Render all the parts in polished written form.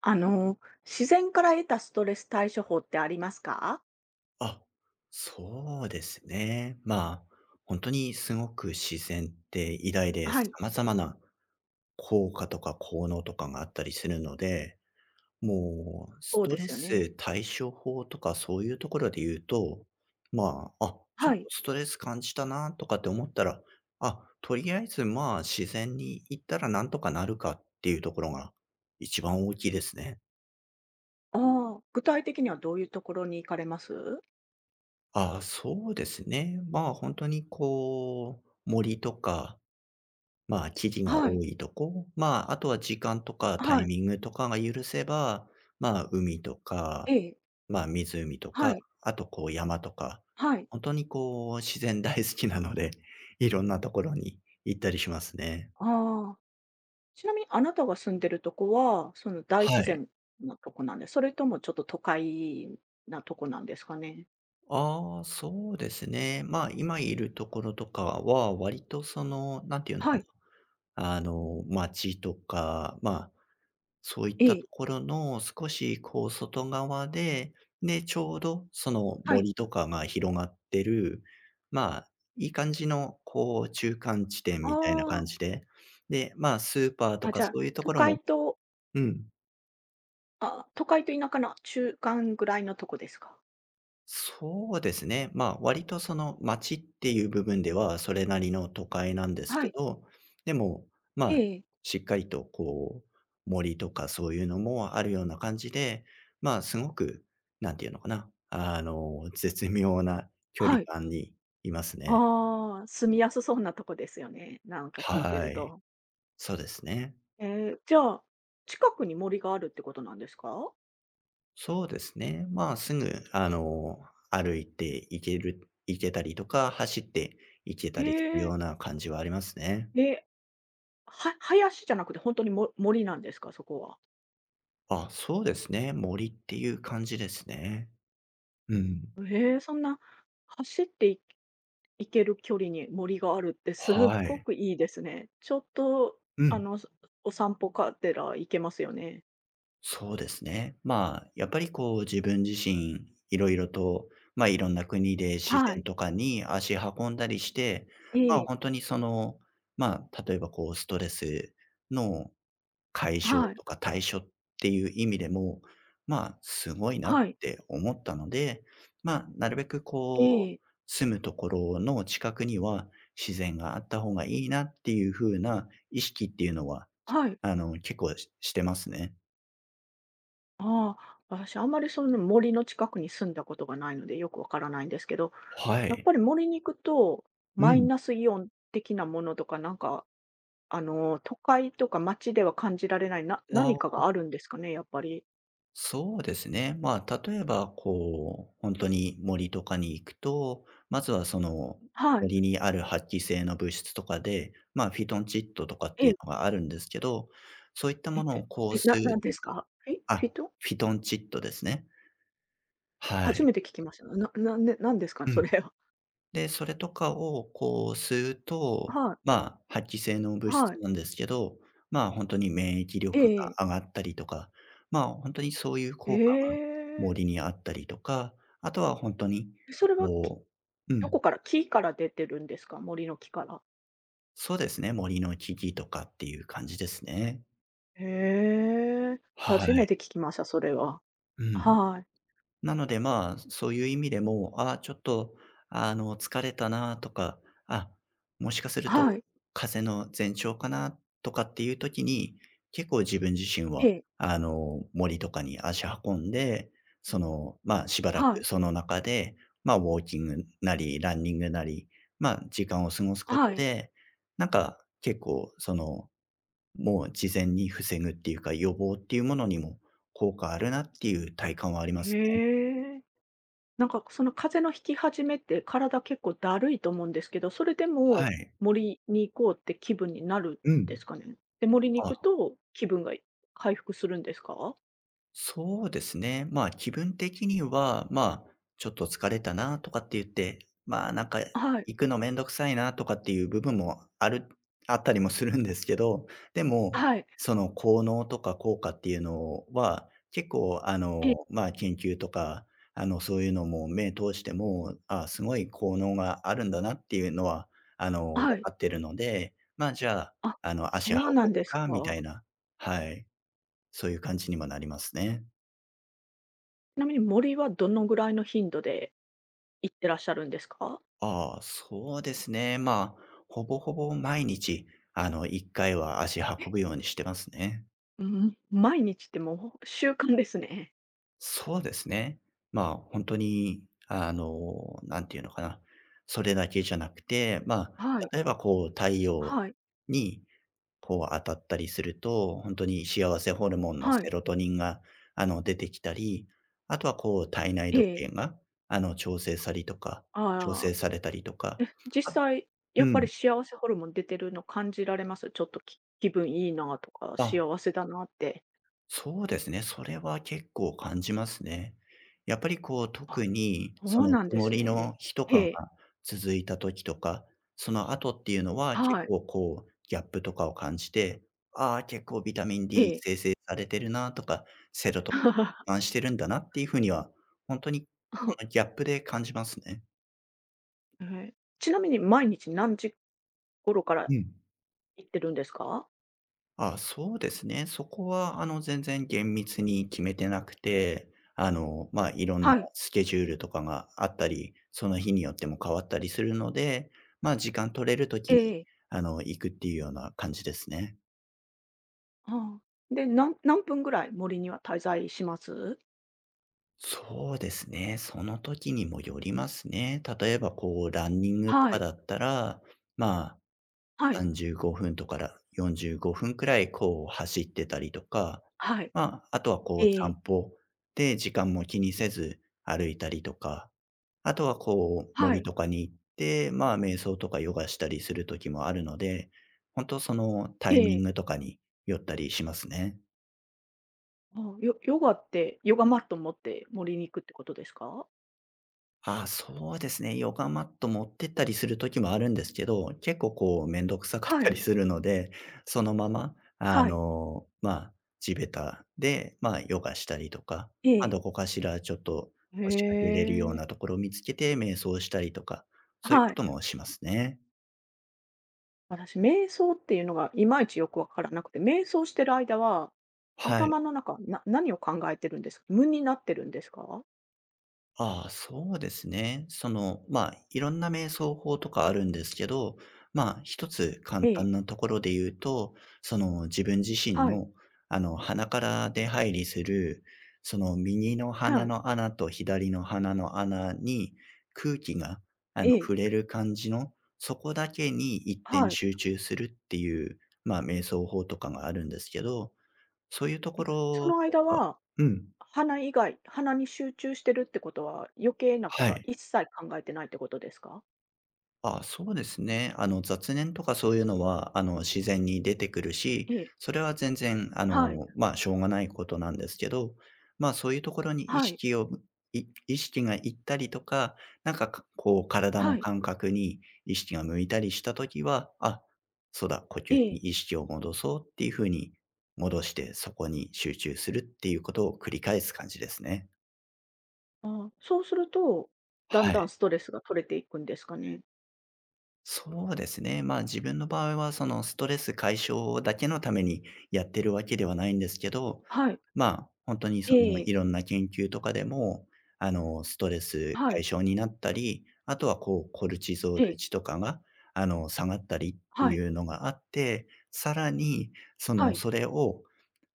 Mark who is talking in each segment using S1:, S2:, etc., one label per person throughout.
S1: あの、自然から得たストレス対処法ってありますか？
S2: あ、そうですね。まあ、本当にすごく自然って偉大で、
S1: はい、
S2: 様々な効果とか効能とかがあったりするので、もうス
S1: そう
S2: ト
S1: で
S2: レ
S1: すよ
S2: ス
S1: ね。
S2: 対処法とかそういうところで言うと、まあ、ちょっ
S1: は
S2: と
S1: い。
S2: ストレス感じたなとかって思ったら、とりあえず、まあ、自然に行ったらなんとかなるかっていうところが一番大きいですね。
S1: ああ、具体的にはどういうところに行かれます？
S2: あ、そうですね。まあ、本当にこう、森とか、まあ、木々が
S1: はい、
S2: 多いとこ、まあ、あとは時間とかタ
S1: は
S2: イ
S1: い、
S2: ミングとかが許せば、まあ、海と
S1: え
S2: か、
S1: え、
S2: まあ、湖と
S1: は
S2: か、
S1: い、
S2: あとこう山とか、
S1: はい。
S2: 本当にこう自然大好きなので、いろんなところに行ったりしますね。
S1: ああ、ちなみにあなたが住んでるとこは、その大
S2: は
S1: 自
S2: い。
S1: 然なとこなんで、それともちょっと都会なとこなんですかね？
S2: ああ、そうですね。まあ、今いるところとかは割とその、なんていうの
S1: は
S2: か
S1: い、
S2: な、街とか、まあ、そういっ
S1: え
S2: た
S1: え、
S2: ところの少しこう外側で、で、ちょうどその
S1: はい。
S2: 森とかが広がってる、まあ、いい感じのこう中間地点
S1: あ
S2: みたいな感
S1: あ、
S2: じで、で、まあ、スーパーと
S1: じ
S2: か
S1: ゃ
S2: そ
S1: あ、
S2: ういうと
S1: 都
S2: ころも。
S1: 会と
S2: うん。
S1: あ、都会と田舎の中間ぐらいのとこですか？
S2: そうですね。まあ、割とその街っていう部分ではそれなりの都会なんです
S1: は
S2: け
S1: い、
S2: ど、でも、ま
S1: え
S2: あ、
S1: え、
S2: しっかりとこう、森とかそういうのもあるような感じで、まあ、すごく、なんていうのかな、絶妙な距離
S1: はい。
S2: 感にいますね。
S1: ああ、住みやすそうなとこですよね、なん か聞いて
S2: は
S1: る
S2: い。
S1: と。
S2: そうですね。
S1: じゃあ、近くに森があるってことなんですか？
S2: そうですね。まあ、すぐ、歩いて行ける、行けたりとか、走って行け
S1: え
S2: たりするよ
S1: え、
S2: うな感じはありますね。
S1: え、林じゃなくて本当にも森なんですか？そこは。
S2: あ、そうですね。森っていう感じですね。うん。
S1: そんな走ってい行ける距離に森があるってすっ
S2: は
S1: ご
S2: い。
S1: くいいですね。ちょっと、
S2: う
S1: あ
S2: ん。
S1: の、そお散歩かてら行けますよね。
S2: そうですね。まあ、やっぱりこう自分自身、いろいろと、まあ、いろんな国で自
S1: は
S2: 然
S1: い、
S2: とかに足運んだりして、
S1: え
S2: まあ、
S1: え、
S2: 本当にその、まあ、例えばこうストレスの解消
S1: はい、
S2: とか対処っていう意味でも、まあ、すごいなっ
S1: はい、
S2: て思ったので、まあ、なるべく
S1: え
S2: こう、
S1: え、
S2: 住むところの近くには自然があった方がいいなっていう風な意識っていうのは、
S1: はい。
S2: 結構してますね。
S1: ああ、私あんまり森の近くに住んだことがないのでよくわからないんですけど、
S2: は
S1: やっ
S2: い。
S1: ぱり森に行くと、
S2: う
S1: マイ
S2: ん。
S1: ナスイオン的なものとか、都会とか街では感じられない、な
S2: あ
S1: 何か
S2: あ。
S1: があるんですかね、やっぱり。
S2: そうですね。まあ、例えば、こう、本当に森とかに行くと、まずはその、
S1: はい。
S2: 森にある発揮性の物質とかで、まあ、フィトンチッドとかっ
S1: え
S2: てい
S1: え、
S2: うのがあるんですけど、そういった
S1: え、
S2: もの
S1: え、
S2: をこうす
S1: ななん
S2: る、
S1: ですか？フィフ
S2: あ、
S1: ィト？
S2: フィトンチッドですね。は
S1: 初
S2: い。
S1: めて聞きました。なんでなんですか？
S2: う
S1: そ
S2: ん。
S1: れは。
S2: で、それとかをこう吸う と、
S1: はい、
S2: まあ、発揮性の物
S1: はい。
S2: 質なんですけど、まあ、ほんとに免疫
S1: え
S2: 力
S1: ええ
S2: が
S1: え。
S2: 上がったりとか、まあ、ほんとにそういう効果が森
S1: え
S2: にあったりとか、あとはほんとに、
S1: え。それは、
S2: こう、う
S1: ど
S2: ん、
S1: こから木から出てるんですか？森の木から？
S2: そうですね、森の木々とかっていう感じですね。
S1: へえ、
S2: は
S1: 初めて聞
S2: い。
S1: きました、それは。
S2: うん。
S1: はい。
S2: なので、まあ、そういう意味でも、ああ、ちょっと、疲れたなとか、あ、もしかすると
S1: はい。
S2: 風邪の前兆かなとかっていう時に、結構自分自身
S1: え
S2: は、
S1: え。
S2: 森とかに足運んで、その、まあ、しばらく
S1: はい。
S2: その中で、まあ、ウォーキングなり、ランニングなり、まあ、時間を過ごすこと
S1: はい。
S2: で、なんか、結構、その、もう事前に防ぐっていうか、予防っていうものにも効果あるなっていう体感はありますね。
S1: へえ。なんかその風邪のひき始めって体結構だるいと思うんですけど、それで
S2: は
S1: も
S2: い。
S1: 森に行こうって気分になる
S2: う
S1: んで
S2: ん。
S1: すかね？で、森に行く
S2: あ、
S1: と気分が回復するんですか？
S2: そうですね。まあ、気分的には、まあ、ちょっと疲れたなとかって言って、まあ、なんか
S1: はい。
S2: 行くのめんどくさいなとかっていう部分もあったりもするんですけど、でも、
S1: はい。
S2: その効能とか効果っていうのは、結構、
S1: ええ。
S2: まあ、研究とか、そういうのも目通しても、あ、すごい効能があるんだなっていうのは、分
S1: はい。
S2: かってるので、まあ、じゃあ、
S1: あ、
S2: 足運
S1: そうなん
S2: ぶ
S1: です
S2: かみたい
S1: か。
S2: な、はい。そういう感じにもなりますね。
S1: ちなみに森はどのぐらいの頻度で行ってらっしゃるんですか？
S2: ああ、そうですね。まあ、ほぼほぼ毎日、1回は足運ぶようにしてますね。
S1: うん、毎日ってもう習慣ですね。
S2: そうですね。まあ、本当に、なんていうのかな、それだけじゃなくて、まあ、
S1: はい、
S2: 例えばこう、太陽
S1: はい、
S2: にこう当たったりすると、本当に幸せホルモンの
S1: は
S2: セ
S1: い。
S2: ロトニンが、出てきたり、あとはこう体内
S1: え
S2: 時計
S1: え。
S2: が、あの、調整されたりとか調
S1: あ
S2: 整
S1: あ。
S2: されたりとか、
S1: え、実
S2: あ、
S1: 際、
S2: う
S1: やっぱり
S2: ん。
S1: 幸せホルモン出てるの感じられます？ちょっと気分いいなとか、
S2: あ、
S1: 幸せだなって。
S2: そうですね。それは結構感じますね。やっぱりこう、
S1: あ、
S2: 特に
S1: そ
S2: そ
S1: う
S2: の
S1: なんで
S2: 曇
S1: す
S2: り
S1: ね。
S2: の日と
S1: え
S2: かが
S1: え、
S2: 続いた時とか、その後っていうのは結
S1: はい、
S2: 構こう、ギャップとかを感じて、ああ、結構ビタミン
S1: え
S2: D
S1: え。
S2: 生成されてるなとか、セロトニ ンしてるんだなっていうふうには、本当にそのギャップで感じますね。
S1: ええ。ちなみに毎日何時頃から
S2: うん。
S1: 行ってるんですか？
S2: あ、そうですね。そこは、全然厳密に決めてなくて、まあ、いろんな
S1: はい、
S2: スケジュールとかがあったり、その日によっても変わったりするので、まあ、時間取れる時
S1: え
S2: に、
S1: え
S2: 行くっていうような感じですね。
S1: ああ。で、何分ぐらい森には滞在します？
S2: そうですね。その時にもよりますね。例えば、こう、ランニングと
S1: は
S2: か
S1: い、
S2: だったら、まあ、
S1: はい、
S2: 35分とか、ら45分くらい、こう、走ってたりとか、
S1: はい。
S2: まあ、あとは、こう、
S1: ええ、
S2: 散歩で時間も気にせず歩いたりとか、あとは、こう、
S1: は
S2: 森
S1: い、
S2: とかに行って、まあ、瞑想とかヨガしたりする時もあるので、本当そのタ
S1: え
S2: イミング
S1: え。
S2: とかによったりしますね。
S1: ああ、ヨガって、ヨガマット持って森に行くってことですか？
S2: ああ、そうですね。ヨガマット持ってったりする時もあるんですけど、結構こうめんどくさかっ
S1: は
S2: たり
S1: い、
S2: するので、そのまま、
S1: はい、
S2: まあ、地べたで、まあ、ヨガしたりとか、まあ、
S1: え
S2: どこ
S1: え。
S2: かしらちょっと
S1: へ
S2: 腰掛けれるよう
S1: え。
S2: なところを見つけて瞑想したりとか、そういう
S1: は
S2: こ
S1: い。
S2: ともしますね。
S1: 私、瞑想っていうのがいまいちよくわからなくて、瞑想してる間は、
S2: はい。
S1: 頭の中、何を考えてるんですか？無になってるんですか？
S2: ああ、そうですね。その、まあ、いろんな瞑想法とかあるんですけど、まあ、一つ
S1: え
S2: 簡
S1: え、
S2: 単なところで言うと、その自分自身
S1: はい、
S2: の、鼻から出入りする、その右の
S1: は
S2: 鼻
S1: い、
S2: の穴と左の鼻の穴に空気が、
S1: ええ、
S2: 触れる感じの、そこだけに一点
S1: はい。
S2: 集中するっていう、まあ、瞑想法とかがあるんですけど、そういうとこ
S1: そ
S2: ろ
S1: の
S2: と
S1: 間
S2: か。
S1: は、
S2: うん、
S1: 鼻以外鼻に集中してるってことは、余計なこ
S2: は
S1: とは
S2: い。
S1: 一切考えてないってことですか？
S2: あ、そうですね。雑念とかそういうのは、自然に出てくるし、
S1: ええ、
S2: それは全然、
S1: はい、
S2: まあ、しょうがないことなんですけど、まあ、そういうところに意
S1: はい、
S2: 識を、い意識がいったりとか、なんか、こう、体の
S1: はい、
S2: 感覚に意識が向いたりしたときは、あ、そうだ、呼
S1: え
S2: 吸に
S1: え。
S2: 意識を戻そうっていうふうに戻して、そこに集中するっていうことを繰り返す感じですね。
S1: ああ、そうすると、だん
S2: はい。
S1: だんストレスが取れていくんですかね？
S2: そうですね。まあ、自分の場合はそのストレス解消だけのためにやってるわけではないんですけど、
S1: はい。
S2: まあ、本当にその
S1: ええ
S2: いろんな研究とかでも、ストレス
S1: は
S2: 解
S1: い。
S2: 消になったり、あとはこうコルチゾー
S1: え
S2: ル
S1: え。
S2: 値とかが、下がったりって
S1: はい。
S2: いうのがあって、さらにそ
S1: は
S2: の、
S1: い。
S2: それを、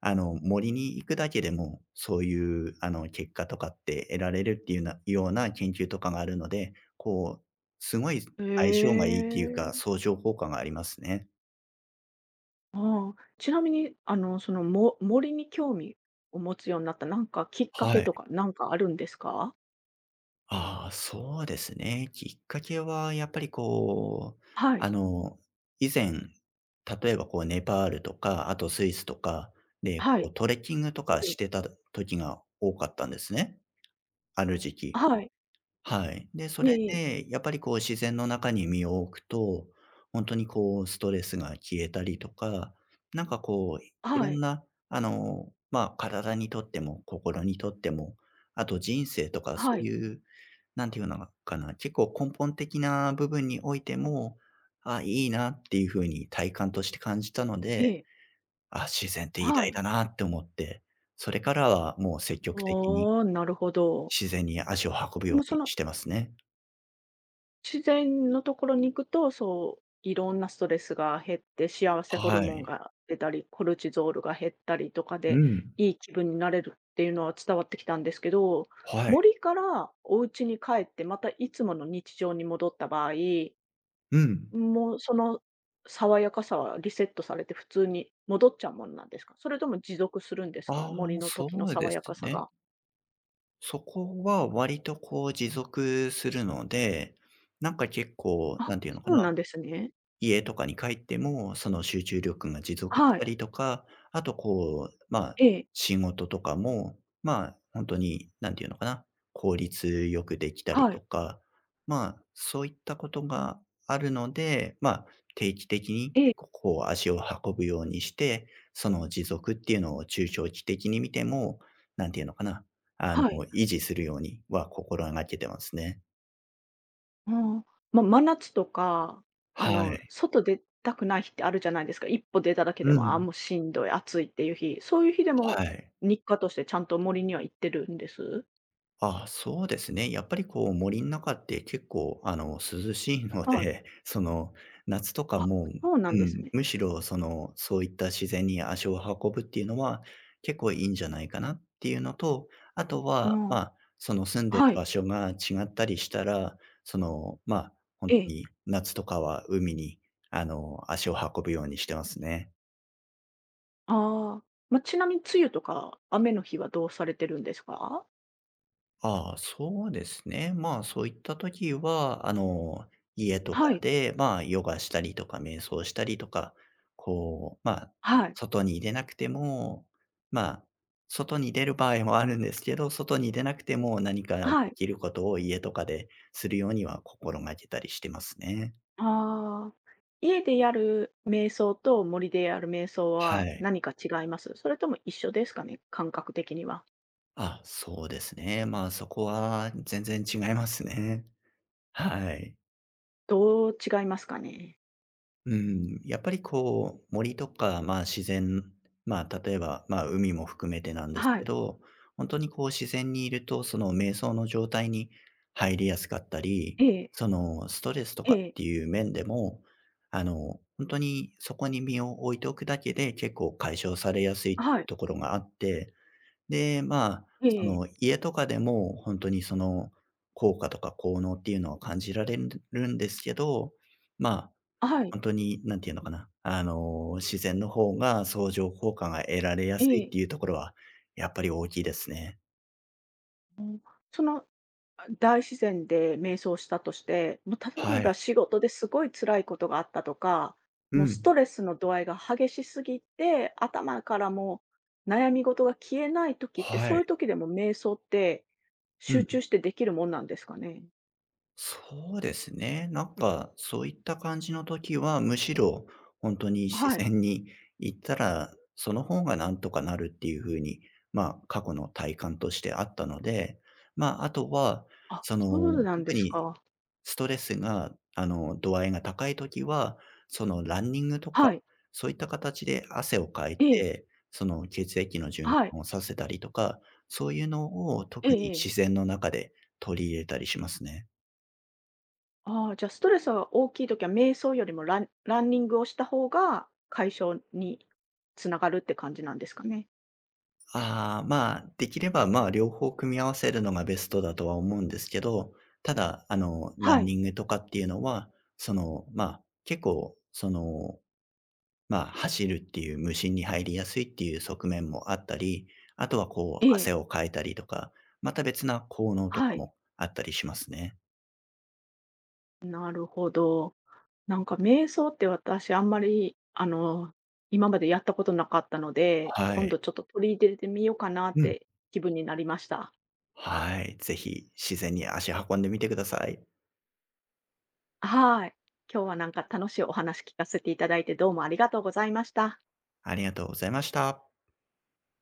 S2: 森に行くだけでも、そういう、結果とかって得られるっていうなような研究とかがあるので、こう、すごい相性が
S1: へ
S2: いいっていうか、
S1: え。
S2: 相乗効果がありますね。
S1: ああ。ちなみに、森に興味を持つようになった、なんかきっかけ
S2: はい。
S1: とか、なんかあるんですか？
S2: ああ、そうですね。きっかけはやっぱりこう、
S1: はい。
S2: あの、以前、例えばこうネパールとか、あとスイスとかで、
S1: は
S2: こ
S1: い。
S2: うトレッキングとか
S1: え
S2: し
S1: え。
S2: てた時が多かったんですね、ある時期。
S1: はい。
S2: はい。で、それ
S1: ええ
S2: で、やっぱりこう自然の中に身を置くと、本当にこうストレスが消えたりとか、なんかこう、いろ
S1: は
S2: ん
S1: い。
S2: な、ま、あ体にとっても心にとっても、あと人生とかそ
S1: は
S2: う
S1: い。
S2: いう、なんていうのかな、結構根本的な部分においても、あ、いいなっていう風に体感として感じたの
S1: え
S2: で、
S1: え。
S2: あ、自然って偉
S1: は
S2: 大
S1: い。
S2: だなって思って、それからはもう積極的に
S1: おおなるほど。
S2: 自然に足を運ぶ
S1: で
S2: よ
S1: も
S2: う
S1: そ
S2: に
S1: の
S2: してますね。
S1: 自然のところに行くと、そう、いろんなストレスが減って、幸せホル
S2: は
S1: モン
S2: い。
S1: が出たり、コルチゾールが減ったりとか
S2: う
S1: で、
S2: ん。
S1: いい気分になれるっていうのは伝わってきたんですけど、
S2: はい。
S1: 森からお家に帰って、またいつもの日常に戻った場合、
S2: うん。
S1: もうその爽やかさはリセットされて普通に戻っちゃうものなんですか？それとも持続するんですか？
S2: あ
S1: 森
S2: あ、
S1: の
S2: そ
S1: 時の
S2: うで
S1: 爽
S2: す
S1: やかさ
S2: ね。
S1: が。
S2: そこは割とこう持続するので、なんか結構、
S1: あ、
S2: なんていうのか
S1: そう
S2: な、
S1: なんですね。
S2: 家とかに帰っても、その集中力が持続し
S1: はい。
S2: たりとか、あとこう、まあ、
S1: ええ。
S2: 仕事とかも、まあ、本当に何ていうのかな、効率よくできたり
S1: は
S2: と
S1: い。
S2: か、まあ、そういったことがあるので、まあ、定期的に
S1: ええ。
S2: 結構こう足を運ぶようにして、その持続っていうのを中長期的に見ても、何ていうのかな、あの、
S1: はい。
S2: 維持するようには心がけてますね。
S1: うん、真夏とか、
S2: はい。
S1: 外出たくない日ってあるじゃないですか。一歩出ただけで
S2: う
S1: も、あ、
S2: ん。
S1: もうしんどい、暑いっていう日。そういう日で
S2: は
S1: も、
S2: い。
S1: 日課としてちゃんと森には行ってるんです？
S2: あ、そうですね。やっぱりこう森の中って結構あの涼しいの
S1: はい。
S2: で、その夏とか
S1: あ、
S2: もう、
S1: そうな
S2: う
S1: んです
S2: ん、
S1: ね。
S2: むしろそのそういった自然に足を運ぶっていうのは結構いいんじゃないかなっていうのと、あと
S1: う
S2: は、ま
S1: ん。
S2: あ、その住んでる
S1: はい。
S2: 場所が違ったりしたら、その、まあ、本
S1: え
S2: 当
S1: え。
S2: に夏とかは海にあの足を運ぶようにしてますね。
S1: ああ。ちなみに梅雨とか雨の日はどうされてるんですか？
S2: ああ、そうですね。まあ、そういった時は、あの、家とか
S1: はい。
S2: で、まあ、ヨガしたりとか瞑想したりとか、こう、まあ、
S1: はい。
S2: 外に出なくても、まあ、外に出る場合もあるんですけど、外に出なくても何か
S1: は
S2: で
S1: い。
S2: きることを家とかでするようには心がけたりしてますね。
S1: ああ。家でやる瞑想と森でやる瞑想
S2: は
S1: は
S2: い。
S1: 何か違います？それとも一緒ですかね？感覚的には。
S2: あ、そうですね。まあ、そこは全然違いますね。はい。
S1: どう違いますかね？
S2: うん、やっぱりこう、森とか、まあ、自然、まあ、例えば、まあ、海も含めてなんです
S1: は
S2: け
S1: い。
S2: ど、本当にこう自然にいると、その瞑想の状態に入りやすかったり、
S1: ええ、
S2: そのストレスと
S1: え
S2: かっ
S1: え、
S2: ていう面でも、あの、本当にそこに身を置いておくだけで結構解消されやすいって
S1: は
S2: いう
S1: い、
S2: ところがあって、で、まあ、そ
S1: ええ、
S2: の家とかでも本当にその効果とか効能っていうのは感じられるんですけど、まあ、
S1: はい、
S2: 本当に、何て言うのかな、自然の方が相乗効果が得られや
S1: え
S2: すいっ
S1: え。
S2: ていうところは、やっぱり大きいですね。
S1: うん、その、大自然で瞑想したとして、もう例え
S2: は
S1: ば
S2: い。
S1: 仕事ですごい辛いことがあったとか、
S2: う
S1: もうス
S2: ん。
S1: トレスの度合いが激しすぎて、頭からもう悩み事が消えない時って、
S2: は
S1: そうい
S2: い。
S1: う時でも瞑想って
S2: う
S1: 集
S2: ん。
S1: 中してできるもんなんですかね？
S2: そうですね。なんか、そういった感じの時は、むしろ本当に自
S1: はい。
S2: 然に行ったら、その方がなんとかなるっていう風に、まあ、過去の体感としてあったので、まあ、あとは、
S1: あ、
S2: そ
S1: そう
S2: の、
S1: なんで
S2: 特
S1: す
S2: に
S1: か。
S2: ストレスが、あの、度合いが高い時は、その、ランニングとか、
S1: はい。
S2: そういった形で汗をかい
S1: ええ、
S2: て、その、血液の循
S1: はい。
S2: 環をさせたりとか、そういうのを
S1: え
S2: 特に
S1: ええ
S2: 自
S1: え。
S2: 然の中で取り入れたりしますね。
S1: ああ、じゃあストレスが大きい時は、瞑想よりもランニングをした方が解消につながるって感じなんですかね？
S2: ああ、まあ、できれば、まあ、両方組み合わせるのがベストだとは思うんですけど、ただ、あの、ラ
S1: は
S2: ン
S1: い。
S2: ニングとかっていうのは、その、まあ、結構、そのまあ、走るっていう無心に入りやすいっていう側面もあったり、あとはこ
S1: え
S2: う
S1: え、
S2: 汗をかいたりとか、また別な効能と
S1: は
S2: か
S1: い。
S2: もあったりしますね。
S1: なるほど。なんか瞑想って私あんまり、今までやったことなかったので、
S2: は
S1: 今
S2: い。
S1: 度ちょっと取り入れてみようかなっ
S2: うん。
S1: て気分になりました。
S2: はい。ぜひ自然に足運んでみてください。
S1: はい。今日はなんか楽しいお話聞かせていただいて、どうもありがとうございました。
S2: ありがとうございました。